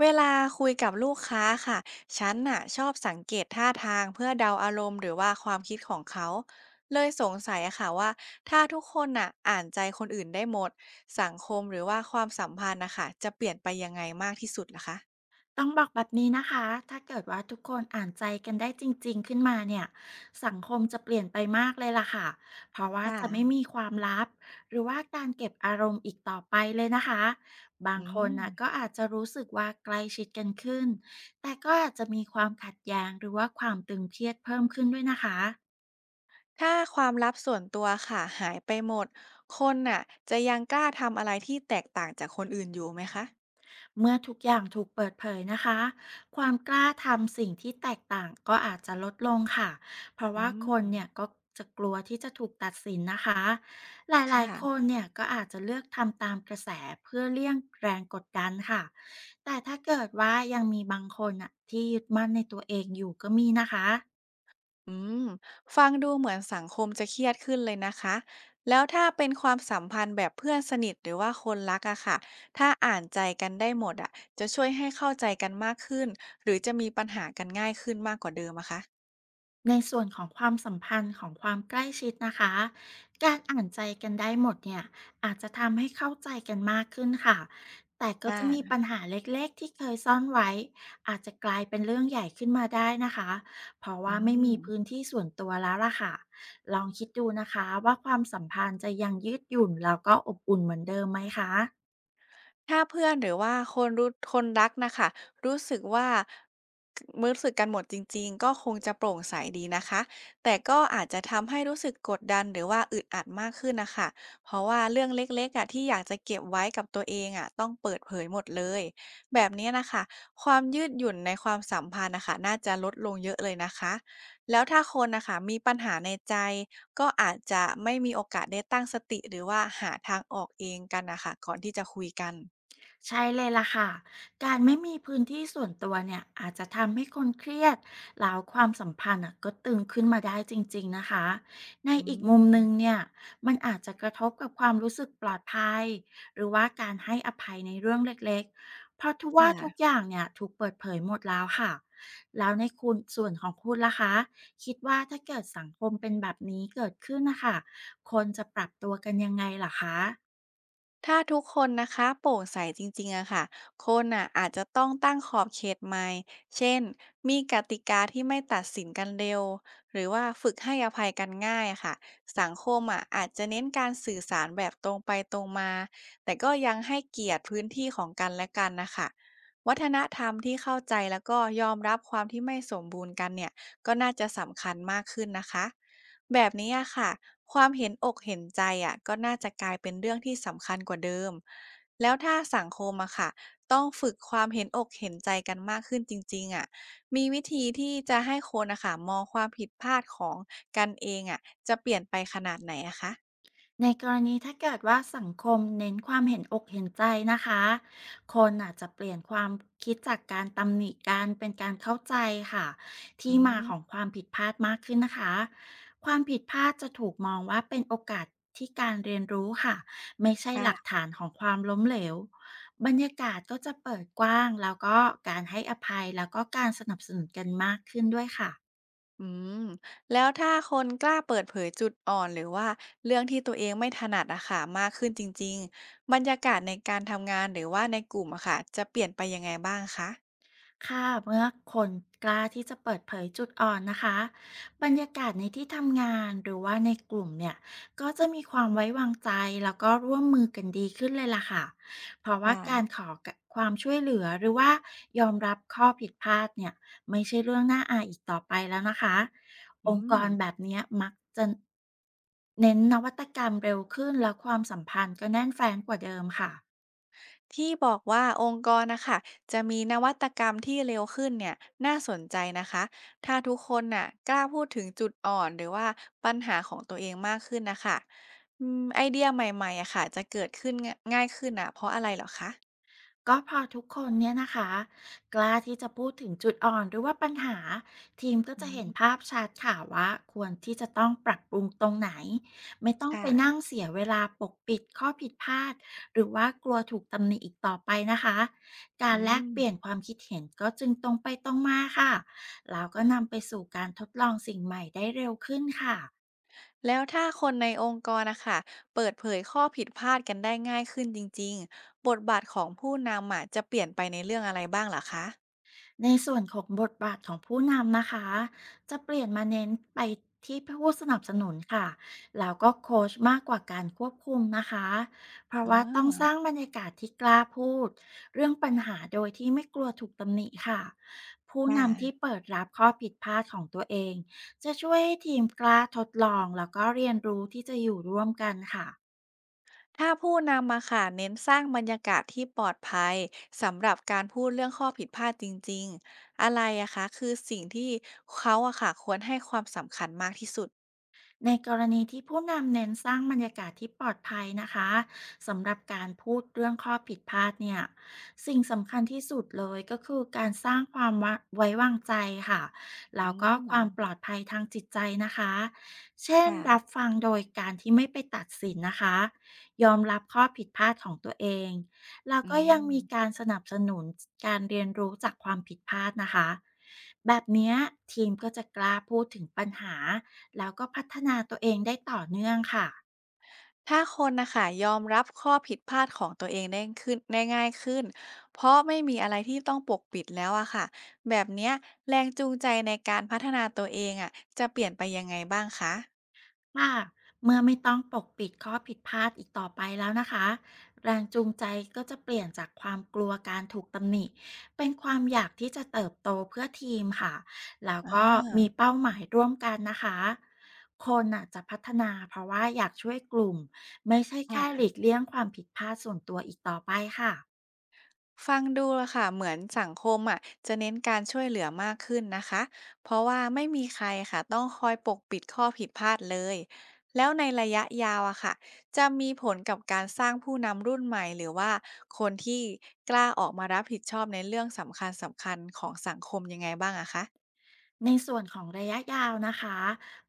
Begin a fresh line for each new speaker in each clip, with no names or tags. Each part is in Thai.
เวลาคุยกับลูกค้าค่ะ ฉันน่ะชอบสังเกตท่าทางเพื่อเดาอารมณ์หรือว่าความคิดของเขา เลยสงสัยอะค่ะว่าถ้าทุกคนน่ะอ่านใจคนอื่นได้หมดสังคมหรือว่าความสัมพันธ์นะคะจะเปลี่ยนไปยังไงมากที่สุดล่ะคะ
ต้องบอกแบบนี้นะคะถ้าเกิดว่าทุกคนอ่านใจกันได้จริงๆขึ้นมาเนี่ยสังคมจะเปลี่ยนไปมากเลยล่ะค่ะเพราะว่า
ค่ะ
จะไม่มีความลับหรือว่าการเก็บอารมณ์อีกต่อไปเลยนะคะ บาง
อื
คน
ม
นะก็อาจจะรู้สึกว่าใกล้ชิดกันขึ้น แต่ก็อาจจะมีความขัดแย้งหรือว่าความตึงเครียดเพิ่มขึ้นด้วยนะคะ
ถ้าความลับส่วนตัวค่ะหายไปหมดคนน่ะจะยังกล้าทำอะไรที่แตกต่างจากคนอื่นอยู่ไหมคะ
เมื่อทุกอย่างถูกเปิดเผยนะคะ ความกล้าทำสิ่งที่แตกต่างก็อาจจะลดลงค่ะ เพราะ
อื
ว่าค
ม
นเนี่ยก็จะกลัวที่จะถูกตัดสินนะคะ หลาย
ค่ะ
ๆคนเนี่ยก็อาจจะเลือกทำตามกระแสเพื่อเลี่ยงแรงกดดันค่ะแต่ถ้าเกิดว่ายังมีบางคนอะที่ยึดมั่นในตัวเองอยู่ก็มีนะคะ
อืมฟังดูเหมือนสังคมจะเครียดขึ้นเลยนะคะ แล้วถ้าเป็นความสัมพันธ์แบบเพื่อนสนิทหรือว่าคนรักอะค่ะ ถ้าอ่านใจกันได้หมดอะจะช่วยให้เข้าใจกันมากขึ้นหรือจะมีปัญหากันง่ายขึ้นมากกว่าเดิมอะคะ
ในส่วนของความสัมพันธ์ของความใกล้ชิดนะคะการอ่านใจกันได้หมดเนี่ยอาจจะทำให้เข้าใจกันมากขึ้นค่ะ แต่ก็
ค่
จะมีปัญ
ะ
หาเล็กๆที่เคยซ่อนไว้อาจจะกลายเป็นเรื่องใหญ่ขึ้นมาได้นะคะ เพราะ
อื
ว่าไม่มีพื้น
ม
ที่ส่วนตัวแล้วล่ะค่ะลองคิดดูนะคะว่าความสัมพันธ์จะยังยืดหยุ่นแล้วก็อบอุ่นเหมือนเดิมไหมคะ
ถ้าเพื่อนหรือว่าคนรู้คนรักนะคะรู้สึกว่ากรู้สึกกันหมดจริงๆก็คงจะโปร่งใสดีนะคะแต่ก็อาจจะทำให้รู้สึกกดดันหรือว่าอึดอัดมากขึ้นนะคะเพราะว่าเรื่องเล็กๆอะที่อยากจะเก็บไว้กับตัวเองอะต้องเปิดเผยหมดเลยแบบเนี้ยนะคะความยืดหยุ่นในความสัมพันธ์น่ะคะน่าจะลดลงเยอะเลยนะคะแล้วถ้าคนนะคะมีปัญหาในใจก็อาจจะไม่มีโอกาสได้ตั้งสติหรือว่าหาทางออกเองกันนะคะก่อนที่จะคุยกัน
ใช่เลยล่ะค่ะ การไม่มีพื้นที่ส่วนตัวเนี่ยอาจจะทำให้คนเครียดแล้วความสัมพันธ์อ่ะก็ตึงขึ้นมาได้จริงๆนะคะ ใน
อื
อีกมุมหนึง
ม
เนี่ยมันอาจจะกระทบกับความรู้สึกปลอดภัยหรือว่าการให้อภัยในเรื่องเล็กๆเพราะทุก
ค่ะ
อย่างเนี่ยถูกเปิดเผยหมดแล้วค่ะแล้วในส่วนของคุณล่ะคะคิดว่าถ้าเกิดสังคมเป็นแบบนี้เกิดขึ้นนะคะคนจะปรับตัวกันยังไงล่ะคะ
ถ้าทุกคนนะคะโปร่งใสจริงๆอะค่ะคนอะอาจจะต้องตั้งขอบเขตใหม่เช่นมีกติกาที่ไม่ตัดสินกันเร็วหรือว่าฝึกให้อภัยกันง่ายอะค่ะสังคมอะอาจจะเน้นการสื่อสารแบบตรงไปตรงมาแต่ก็ยังให้เกียรติพื้นที่ของกันและกันนะคะวัฒนธรรมที่เข้าใจแล้วก็ยอมรับความที่ไม่สมบูรณ์กันเนี่ย ก็น่าจะสำคัญมากขึ้นนะคะแบบนี้อะค่ะความเห็นอกเห็นใจอะก็น่าจะกลายเป็นเรื่องที่สำคัญกว่าเดิมแล้วถ้าสังคมอะค่ะต้องฝึกความเห็นอกเห็นใจกันมากขึ้นจริงๆอะมีวิธีที่จะให้คนอะค่ะมองความผิดพลาดของกันเองอะจะเปลี่ยนไปขนาดไหนอะคะ
ในกรณีถ้าเกิดว่าสังคมเน้นความเห็นอกเห็นใจนะคะ คนอาจจะเปลี่ยนความคิดจากการตำหนิการเป็นการเข้าใจค่ะ
อื
ที่มา
ม
ของความผิดพลาดมากขึ้นนะคะความผิดพลาดจะถูกมองว่าเป็นโอกาสที่การเรียนรู้ค่ะไม่ใช่หลัก
ค่ะ
ฐานของความล้มเหลวบรรยากาศก็จะเปิดกว้างแล้วก็การให้อภัยแล้วก็การสนับสนุนกันมากขึ้นด้วยค่ะ
อืมแล้วถ้าคนกล้าเปิดเผยจุดอ่อนหรือว่าเรื่องที่ตัวเองไม่ถนัดอะค่ะมากขึ้นจริงๆบรรยากาศในการทำงานหรือว่าในกลุ่มอะค่ะจะเปลี่ยนไปยังไงบ้างคะ
ค่ะเมื่อคนกล้าที่จะเปิดเผยจุดอ่อนนะคะบรรยากาศในที่ทำงานหรือว่าในกลุ่มเนี่ยก็จะมีความไว้วางใจแล้วก็ร่วมมือกันดีขึ้นเลยล่ะค่ะเพราะว่า
ค่ะ
การขอความช่วยเหลือหรือว่ายอมรับข้อผิดพลาดเนี่ยไม่ใช่เรื่องน่าอายอีกต่อไปแล้วนะคะอ
อื
งค์ก
ม
รแบบเนี้ยมักจะเน้นนวัตกรรมเร็วขึ้นและความสัมพันธ์ก็แน่นแฟ้นกว่าเดิมค่ะ
ที่บอกว่าองค์กรนะคะจะมีนวัตกรรมที่เร็วขึ้นเนี่ยน่าสนใจนะคะถ้าทุกคนน่ะกล้าพูดถึงจุดอ่อนหรือว่าปัญหาของตัวเองมากขึ้นนะคะไอเดียใหม่ๆอะค่ะจะเกิดขึ้นง่ายขึ้นอะเพราะอะไรเหรอคะ
ก็พอทุกคนเนี่ยนะคะกล้าที่จะพูดถึงจุดอ่อนหรือว่าปัญหาทีมก็
อื
จะเห็น
ม
ภาพชัดค่ะว่าควรที่จะต้องปรับปรุงตรงไหนไม่ต้องไปนั่
ค่ะ
งเสียเวลาปกปิดข้อผิดพลาดหรือว่ากลัวถูกตำหนิอีกต่อไปนะคะกา
อื
รแล
ม
กเปลี่ยนความคิดเห็นก็จึงตรงไปตรงมาค่ะแล้วก็นำไปสู่การทดลองสิ่งใหม่ได้เร็วขึ้นค่ะ
แล้วถ้าคนในองค์กรนะคะเปิดเผยข้อผิดพลาดกันได้ง่ายขึ้นจริงๆบทบาทของผู้นำอะจะเปลี่ยนไปในเรื่องอะไรบ้างลหรอคะ
ในส่วนของบทบาทของผู้นำนะคะ จะเปลี่ยนมาเน้นไปที่ผู้สนับสนุนค่ะแล้วก็โค้ชมากกว่าการควบคุมนะคะเพ
อ่
ราะว่าต้อง
า
สร้างบรรยากาศที่กล้าพูดเรื่องปัญหาโดยที่ไม่กลัวถูกตำหนิค่ะผู้
ค่ะ
นำที่เปิดรับข้อผิดพลาดของตัวเองจะช่วยให้ทีมกล้าทดลองแล้วก็เรียนรู้ที่จะอยู่ร่วมกันค่ะ
ถ้าผู้นำมาค่ะเน้นสร้างบรรยากาศที่ปลอดภัยสำหรับการพูดเรื่องข้อผิดพลาดจริงๆอะไรอะคะคือสิ่งที่เขาอะค่ะควรให้ความสำคัญมากที่สุด
ในกรณีที่ผู้นำเน้นสร้างบรรยากาศที่ปลอดภัยนะคะสำหรับการพูดเรื่องข้อผิดพลาดเนี่ยสิ่งสำคัญที่สุดเลยก็คือการสร้างความไว้วางใจค่ะ
อื
แล้วก็
ม
ความปลอดภัยทางจิตใจนะคะเช่น
ค่ะ
รับฟังโดยการที่ไม่ไปตัดสินนะคะยอมรับข้อผิดพลาดของตัวเองแล้ว
อื
ก็ยัง
ม
มีการสนับสนุนการเรียนรู้จากความผิดพลาดนะคะแบบเนี้ยทีมก็จะกล้าพูดถึงปัญหา แล้วก็พัฒนาตัวเองได้ต่อเนื่องค่ะ
ถ้าคนนะคะยอมรับข้อผิดพลาดของตัวเองได้ขึ้นได้ง่ายขึ้น เพราะไม่มีอะไรที่ต้องปกปิดแล้วอะค่ะแบบเนี้ยแรงจูงใจในการพัฒนาตัวเองอะจะเปลี่ยนไปยังไงบ้างคะ
ค่ะเมื่อไม่ต้องปกปิดข้อผิดพลาดอีกต่อไปแล้วนะคะแรงจูงใจก็จะเปลี่ยนจากความกลัวการถูกตำหนิเป็นความอยากที่จะเติบโตเพื่อทีมค่ะแล้ว
อ
ก็มี
า
เป้าหมายร่วมกันนะคะ คนน่ะจะพัฒนาเพราะว่าอยากช่วยกลุ่มไม่ใช่แค่ห
ค่ะ
ลีกเลี่ยงความผิดพลาดส่วนตัวอีกต่อไปค่ะ
ฟังดูอะค่ะเหมือนสังคมอะจะเน้นการช่วยเหลือมากขึ้นนะคะเพราะว่าไม่มีใครค่ะต้องคอยปกปิดข้อผิดพลาดเลยแล้วในระยะยาวอะค่ะจะมีผลกับการสร้างผู้นำรุ่นใหม่หรือว่าคนที่กล้าออกมารับผิดชอบในเรื่องสำคัญสำคัญของสังคมยังไงบ้างอะคะ
ในส่วนของระยะยาวนะคะ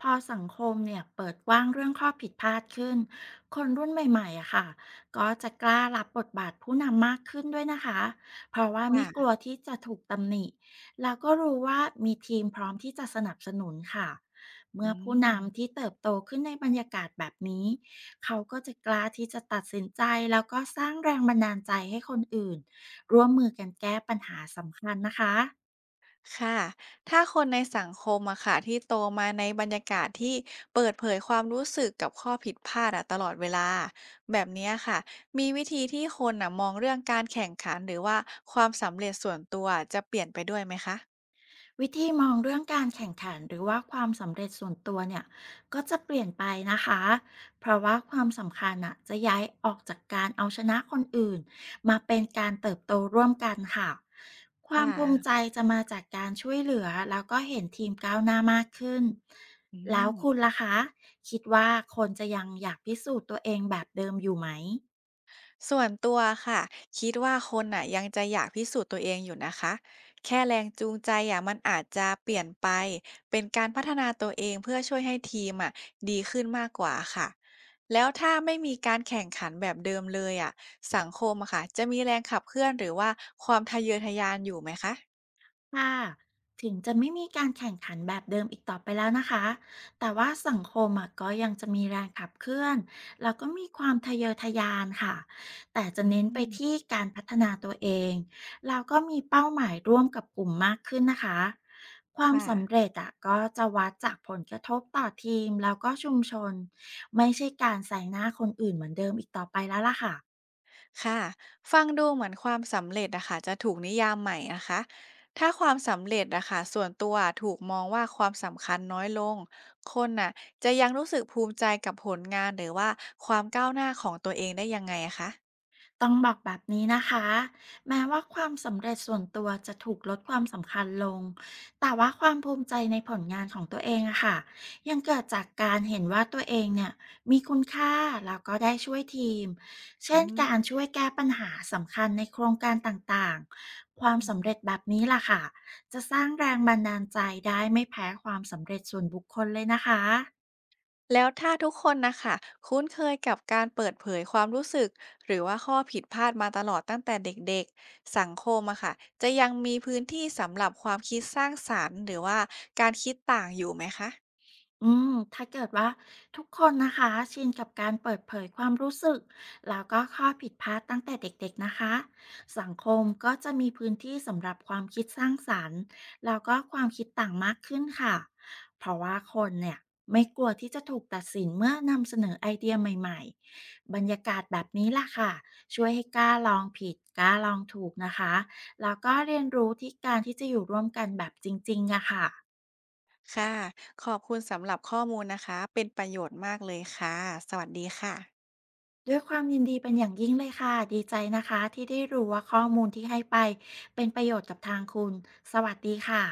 พอสังคมเนี่ยเปิดกว้างเรื่องข้อผิดพลาดขึ้นคนรุ่นใหม่ๆอะค่ะก็จะกล้ารับบทบาทผู้นำมากขึ้นด้วยนะคะเพราะว่าไม่กลัว
ค่ะ
ที่จะถูกตำหนิแล้วก็รู้ว่ามีทีมพร้อมที่จะสนับสนุนค่ะ
อื
เมื่อผู้
ม
นำที่เติบโตขึ้นในบรรยากาศแบบนี้เขาก็จะกล้าที่จะตัดสินใจแล้วก็สร้างแรงบันดาลใจให้คนอื่นร่วมมือกันแก้ปัญหาสำคัญนะคะ
ค่ะ ถ้าคนในสังคมอะค่ะที่โตมาในบรรยากาศที่เปิดเผยความรู้สึกกับข้อผิดพลาดอะตลอดเวลาแบบเนี้ยค่ะ มีวิธีที่คนอะมองเรื่องการแข่งขันหรือว่าความสำเร็จส่วนตัวจะเปลี่ยนไปด้วยไหมคะ
วิธีมองเรื่องการแข่งขันหรือว่าความสำเร็จส่วนตัวเนี่ยก็จะเปลี่ยนไปนะคะเพราะว่าความสำคัญอะจะย้ายออกจากการเอาชนะคนอื่นมาเป็นการเติบโตร่วมกันค่ะความ
ค่ะ
ภูมิใจจะมาจากการช่วยเหลือแล้วก็เห็นทีมก้าวหน้ามากขึ้น
อื
แล้
ม
วคุณล่ะคะคิดว่าคนจะยังอยากพิสูจน์ตัวเองแบบเดิมอยู่ไหม
ส่วนตัวค่ะคิดว่าคนน่ะยังจะอยากพิสูจน์ตัวเองอยู่นะคะแค่แรงจูงใจอ่ะมันอาจจะเปลี่ยนไปเป็นการพัฒนาตัวเองเพื่อช่วยให้ทีมอ่ะดีขึ้นมากกว่าค่ะแล้วถ้าไม่มีการแข่งขันแบบเดิมเลยอ่ะสังคมอะค่ะจะมีแรงขับเคลื่อนหรือว่าความทะเยอทะยานอยู่ไหมคะ
ค่ะถึงจะไม่มีการแข่งขันแบบเดิมอีกต่อไปแล้วนะคะแต่ว่าสังคมอะก็ยังจะมีแรงขับเคลื่อนแล้วก็มีความทะเยอทะยานค่ะแต่จะ
อื
เน้นไปที่
ม
การพัฒนาตัวเองแล้วก็มีเป้าหมายร่วมกับกลุ่มมากขึ้นนะคะ ความ
ค่ะ
สำเร็จอะก็จะวัดจากผลกระทบต่อทีมแล้วก็ชุมชน ไม่ใช่การใส่หน้าคนอื่นเหมือนเดิมอีกต่อไปแล้วล่ะค่ะ
ค่ะฟังดูเหมือนความสำเร็จอะค่ะจะถูกนิยามใหม่นะคะถ้าความสำเร็จอะค่ะส่วนตัวถูกมองว่าความสำคัญน้อยลงคนน่ะจะยังรู้สึกภูมิใจกับผลงานหรือว่าความก้าวหน้าของตัวเองได้ยังไงอะคะ
ต้องบอกแบบนี้นะคะแม้ว่าความสำเร็จส่วนตัวจะถูกลดความสำคัญลงแต่ว่าความภูมิใจในผลงานของตัวเองอะค่ะยังเกิดจากการเห็นว่าตัวเองเนี่ยมีคุณค่าแล้วก็ได้ช่วยทีมเช่
อื
น
ม
การช่วยแก้ปัญหาสำคัญในโครงการต่างๆความสำเร็จแบบนี้ล่ะค่ะจะสร้างแรงบันดาลใจได้ไม่แพ้ความสำเร็จส่วนบุคคลเลยนะคะ
แล้วถ้าทุกคนนะคะคุ้นเคยกับการเปิดเผยความรู้สึกหรือว่าข้อผิดพลาดมาตลอดตั้งแต่เด็กๆ สังคมอะค่ะจะยังมีพื้นที่สำหรับความคิดสร้างสรรค์หรือว่าการคิดต่างอยู่ไหมคะ
ถ้าเกิดว่าทุกคนนะคะชินกับการเปิดเผยความรู้สึกแล้วก็ข้อผิดพลาดตั้งแต่เด็กๆนะคะสังคมก็จะมีพื้นที่สำหรับความคิดสร้างสรรค์แล้วก็ความคิดต่างมากขึ้นค่ะเพราะว่าคนเนี่ยไม่กลัวที่จะถูกตัดสินเมื่อนำเสนอไอเดียใหม่ๆบรรยากาศแบบนี้ล่ะค่ะช่วยให้กล้าลองผิดกล้าลองถูกนะคะแล้วก็เรียนรู้ที่การที่จะอยู่ร่วมกันแบบจริงๆอะค่ะ
ค่ะขอบคุณสำหรับข้อมูลนะคะเป็นประโยชน์มากเลยค่ะสวัสดีค่ะ
ด้วยความยินดีเป็นอย่างยิ่งเลยค่ะดีใจนะคะที่ได้รู้ว่าข้อมูลที่ให้ไปเป็นประโยชน์กับทางคุณสวัสดีค่ะ